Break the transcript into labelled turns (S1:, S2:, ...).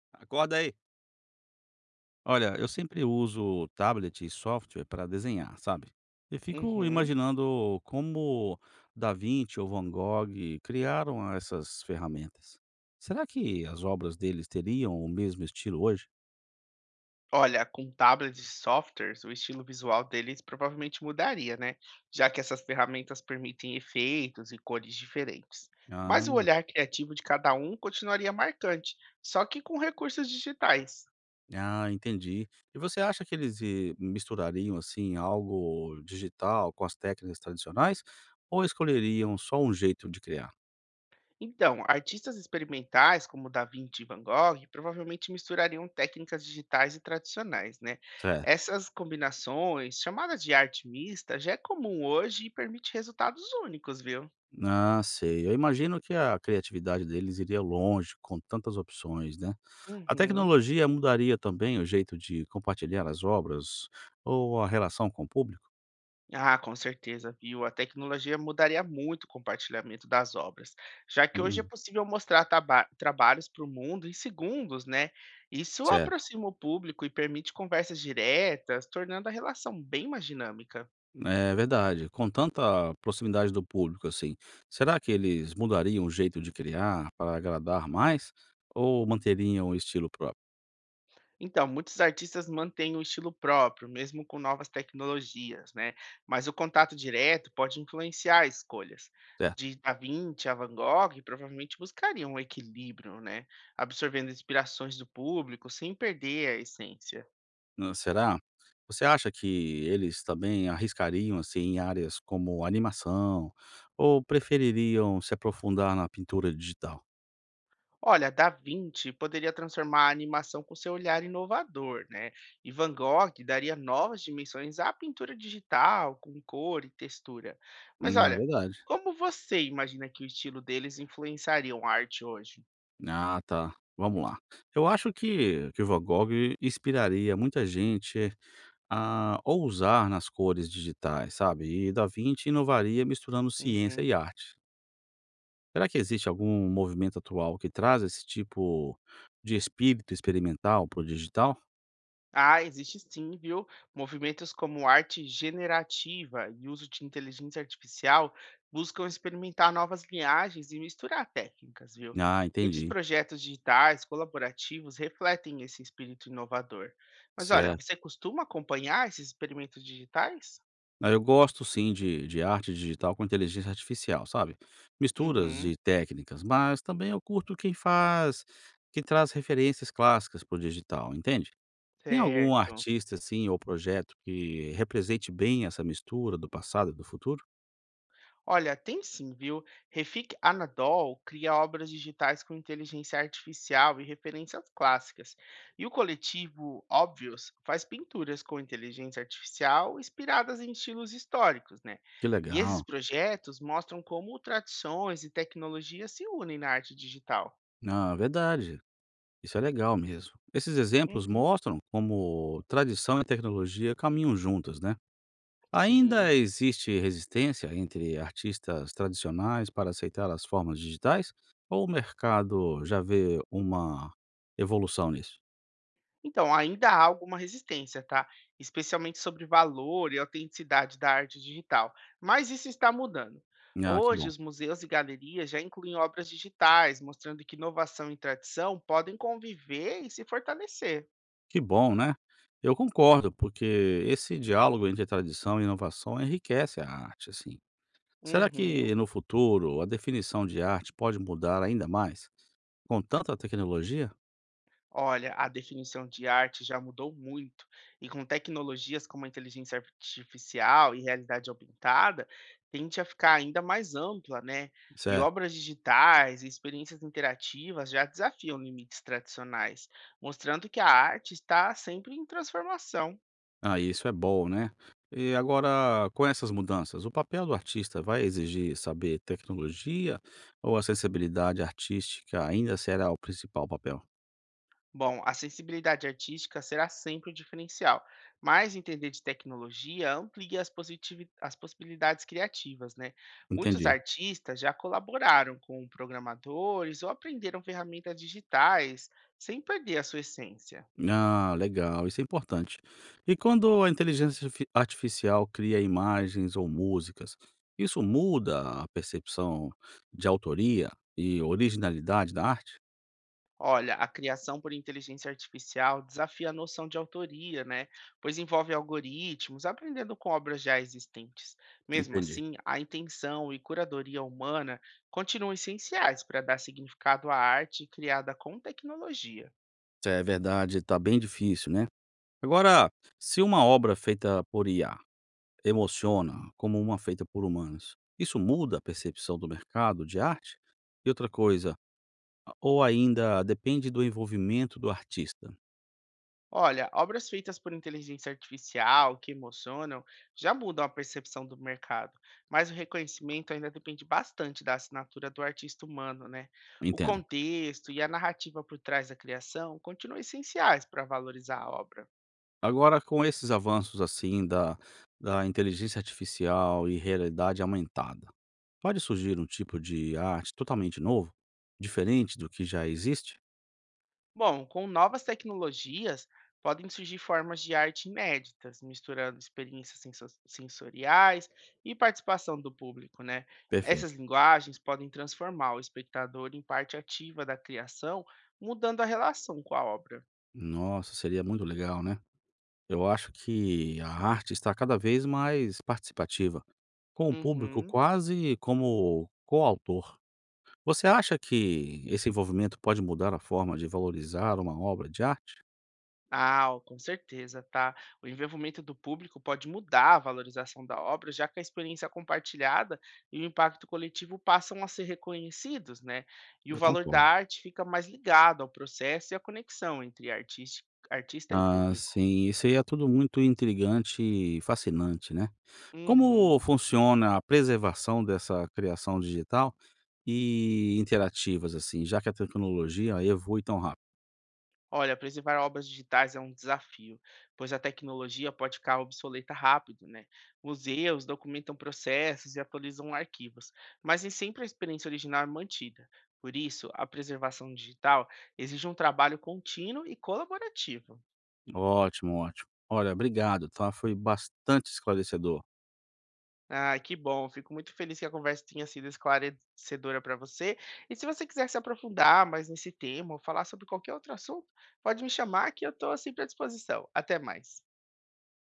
S1: Acorda aí. Olha, eu sempre uso tablet e software para desenhar, sabe? E fico
S2: Uhum.
S1: imaginando como Da Vinci ou Van Gogh criaram essas ferramentas. Será que as obras deles teriam o mesmo estilo hoje?
S2: Olha, com tablets e softwares, o estilo visual deles provavelmente mudaria, né? Já que essas ferramentas permitem efeitos e cores diferentes. Mas o
S1: Ah,
S2: olhar criativo de cada um continuaria marcante, só que com recursos digitais.
S1: ah, entendi. E você acha que eles misturariam assim algo digital com as técnicas tradicionais ou escolheriam só um jeito de criar?
S2: Então, artistas experimentais como Da Vinci e Van Gogh provavelmente misturariam técnicas digitais e tradicionais, né?
S1: Certo.
S2: Essas combinações, chamadas de arte mista, já é comum hoje e permite resultados únicos, viu?
S1: Ah, sei. Eu imagino que a criatividade deles iria longe com tantas opções, né? A
S2: Uhum.
S1: tecnologia mudaria também o jeito de compartilhar as obras ou a relação com o público?
S2: Ah, com certeza, viu? A tecnologia mudaria muito o compartilhamento das obras, já que hoje é
S1: Hum,
S2: possível mostrar trabalhos para o mundo em segundos, né? Isso
S1: certo.
S2: aproxima o público e permite conversas diretas, tornando a relação bem mais dinâmica.
S1: É verdade. Com tanta proximidade do público assim, será que eles mudariam o jeito de criar para agradar mais ou manteriam o estilo próprio?
S2: Então, muitos artistas mantêm o estilo próprio, mesmo com novas tecnologias, né? Mas o contato direto pode influenciar escolhas.
S1: Certo?
S2: De Da Vinci a Van Gogh provavelmente buscariam um equilíbrio, né? Absorvendo inspirações do público sem perder a essência.
S1: Hã, será? Você acha que eles também arriscariam, assim, em áreas como animação ou prefeririam se aprofundar na pintura digital?
S2: Olha, Da Vinci poderia transformar a animação com seu olhar inovador, né? E Van Gogh daria novas dimensões à pintura digital, com cor e textura. Mas
S1: Na
S2: olha,
S1: verdade.
S2: como você imagina que o estilo deles influenciaria a arte hoje?
S1: Ah, tá. Vamos lá. Eu acho que Van Gogh inspiraria muita gente a ousar nas cores digitais, sabe, e Da Vinci inovaria misturando ciência
S2: Uhum.
S1: e arte. Será que existe algum movimento atual que traz esse tipo de espírito experimental para o digital?
S2: Ah, existe sim, viu? Movimentos como arte generativa e uso de inteligência artificial buscam experimentar novas linhagens e misturar técnicas, viu?
S1: Ah,
S2: Muitos
S1: entendi.
S2: projetos digitais colaborativos refletem esse espírito inovador. Mas olha,
S1: Certo.
S2: você costuma acompanhar esses experimentos digitais?
S1: Ah, eu gosto sim de arte digital com inteligência artificial, sabe. Misturas
S2: Uhum,
S1: de técnicas, mas também eu curto quem faz quem traz referências clássicas para o digital, entende. Tem algum
S2: certo.
S1: artista, assim, ou projeto que represente bem essa mistura do passado e do futuro?
S2: Olha, tem sim, viu? Refik Anadol cria obras digitais com inteligência artificial e referências clássicas. E o coletivo Óbvios faz pinturas com inteligência artificial inspiradas em estilos históricos, né?
S1: Que
S2: E esses
S1: legal.
S2: projetos mostram como tradições e tecnologias se unem na arte digital.
S1: Ah, verdade. Isso é legal mesmo. Esses exemplos
S2: Uhum,
S1: mostram como tradição e tecnologia caminham juntas, né.
S2: sim.
S1: Ainda existe resistência entre artistas tradicionais para aceitar as formas digitais? Ou o mercado já vê uma evolução nisso?
S2: Então, ainda há alguma resistência, tá? Especialmente sobre valor e autenticidade da arte digital. Mas isso está mudando.
S1: Ah, que
S2: Hoje,
S1: bom.
S2: os museus e galerias já incluem obras digitais, mostrando que inovação e tradição podem conviver e se fortalecer.
S1: Que bom, né? Eu concordo, porque esse diálogo entre tradição e inovação enriquece a arte, assim. Será
S2: Uhum.
S1: que no futuro a definição de arte pode mudar ainda mais com tanta tecnologia?
S2: Olha, a definição de arte já mudou muito, e com tecnologias como a inteligência artificial e realidade aumentada, tende a ficar ainda mais ampla, né? E
S1: Certo.
S2: obras digitais e experiências interativas já desafiam limites tradicionais, mostrando que a arte está sempre em transformação.
S1: Ah, isso é bom, né? E agora, com essas mudanças, o papel do artista vai exigir saber tecnologia ou a sensibilidade artística ainda será o principal papel?
S2: Bom, a sensibilidade artística será sempre o diferencial, mas entender de tecnologia amplia as, as possibilidades criativas, né? Muitos
S1: Entendi.
S2: artistas já colaboraram com programadores ou aprenderam ferramentas digitais sem perder a sua essência.
S1: Ah, legal, isso é importante. E quando a inteligência artificial cria imagens ou músicas, isso muda a percepção de autoria e originalidade da arte?
S2: Olha, a criação por inteligência artificial desafia a noção de autoria, né? Pois envolve algoritmos, aprendendo com obras já existentes. Mesmo
S1: Entendi.
S2: assim, a intenção e curadoria humana continuam essenciais para dar significado à arte criada com tecnologia.
S1: É verdade, tá bem difícil, né? Agora, se uma obra feita por IA emociona como uma feita por humanos. Isso muda a percepção do mercado de arte? E outra coisa, ou ainda depende do envolvimento do artista,
S2: Olha, obras feitas por inteligência artificial que emocionam já mudam a percepção do mercado, mas o reconhecimento ainda depende bastante da assinatura do artista humano, né? O
S1: entenda.
S2: contexto e a narrativa por trás da criação continuam essenciais para valorizar a obra.
S1: Agora, com esses avanços assim da inteligência artificial e realidade aumentada, pode surgir um tipo de arte totalmente novo, diferente do que já existe?
S2: Bom, com novas tecnologias, podem surgir formas de arte inéditas, misturando experiências sensoriais e participação do público, né?
S1: Perfeito.
S2: Essas linguagens podem transformar o espectador em parte ativa da criação, mudando a relação com a obra.
S1: Nossa, seria muito legal, né? Eu acho que a arte está cada vez mais participativa, com o público
S2: Uhum.
S1: quase como coautor. Você acha que esse envolvimento pode mudar a forma de valorizar uma obra de arte?
S2: Ah, o com certeza, tá? O envolvimento do público pode mudar a valorização da obra, já que a experiência compartilhada e o impacto coletivo passam a ser reconhecidos, né? E o
S1: Eu
S2: valor da
S1: concordo.
S2: arte fica mais ligado ao processo e à conexão entre artista, e
S1: Ah,
S2: público.
S1: sim, isso aí é tudo muito intrigante e fascinante, né? Como
S2: Uhum.
S1: funciona a preservação dessa criação digital e interativas, assim, já que a tecnologia evolui tão rápido?
S2: Olha, preservar obras digitais é um desafio, pois a tecnologia pode ficar obsoleta rápido, né? Museus documentam processos e atualizam arquivos, mas nem sempre a experiência original é mantida. Por isso, a preservação digital exige um trabalho contínuo e colaborativo.
S1: Ótimo, ótimo. Olha, obrigado, tá? Foi bastante esclarecedor.
S2: Ah, que bom, fico muito feliz que a conversa tenha sido esclarecedora para você. E se você quiser se aprofundar mais nesse tema ou falar sobre qualquer outro assunto, pode me chamar que eu estou sempre à disposição. Até mais.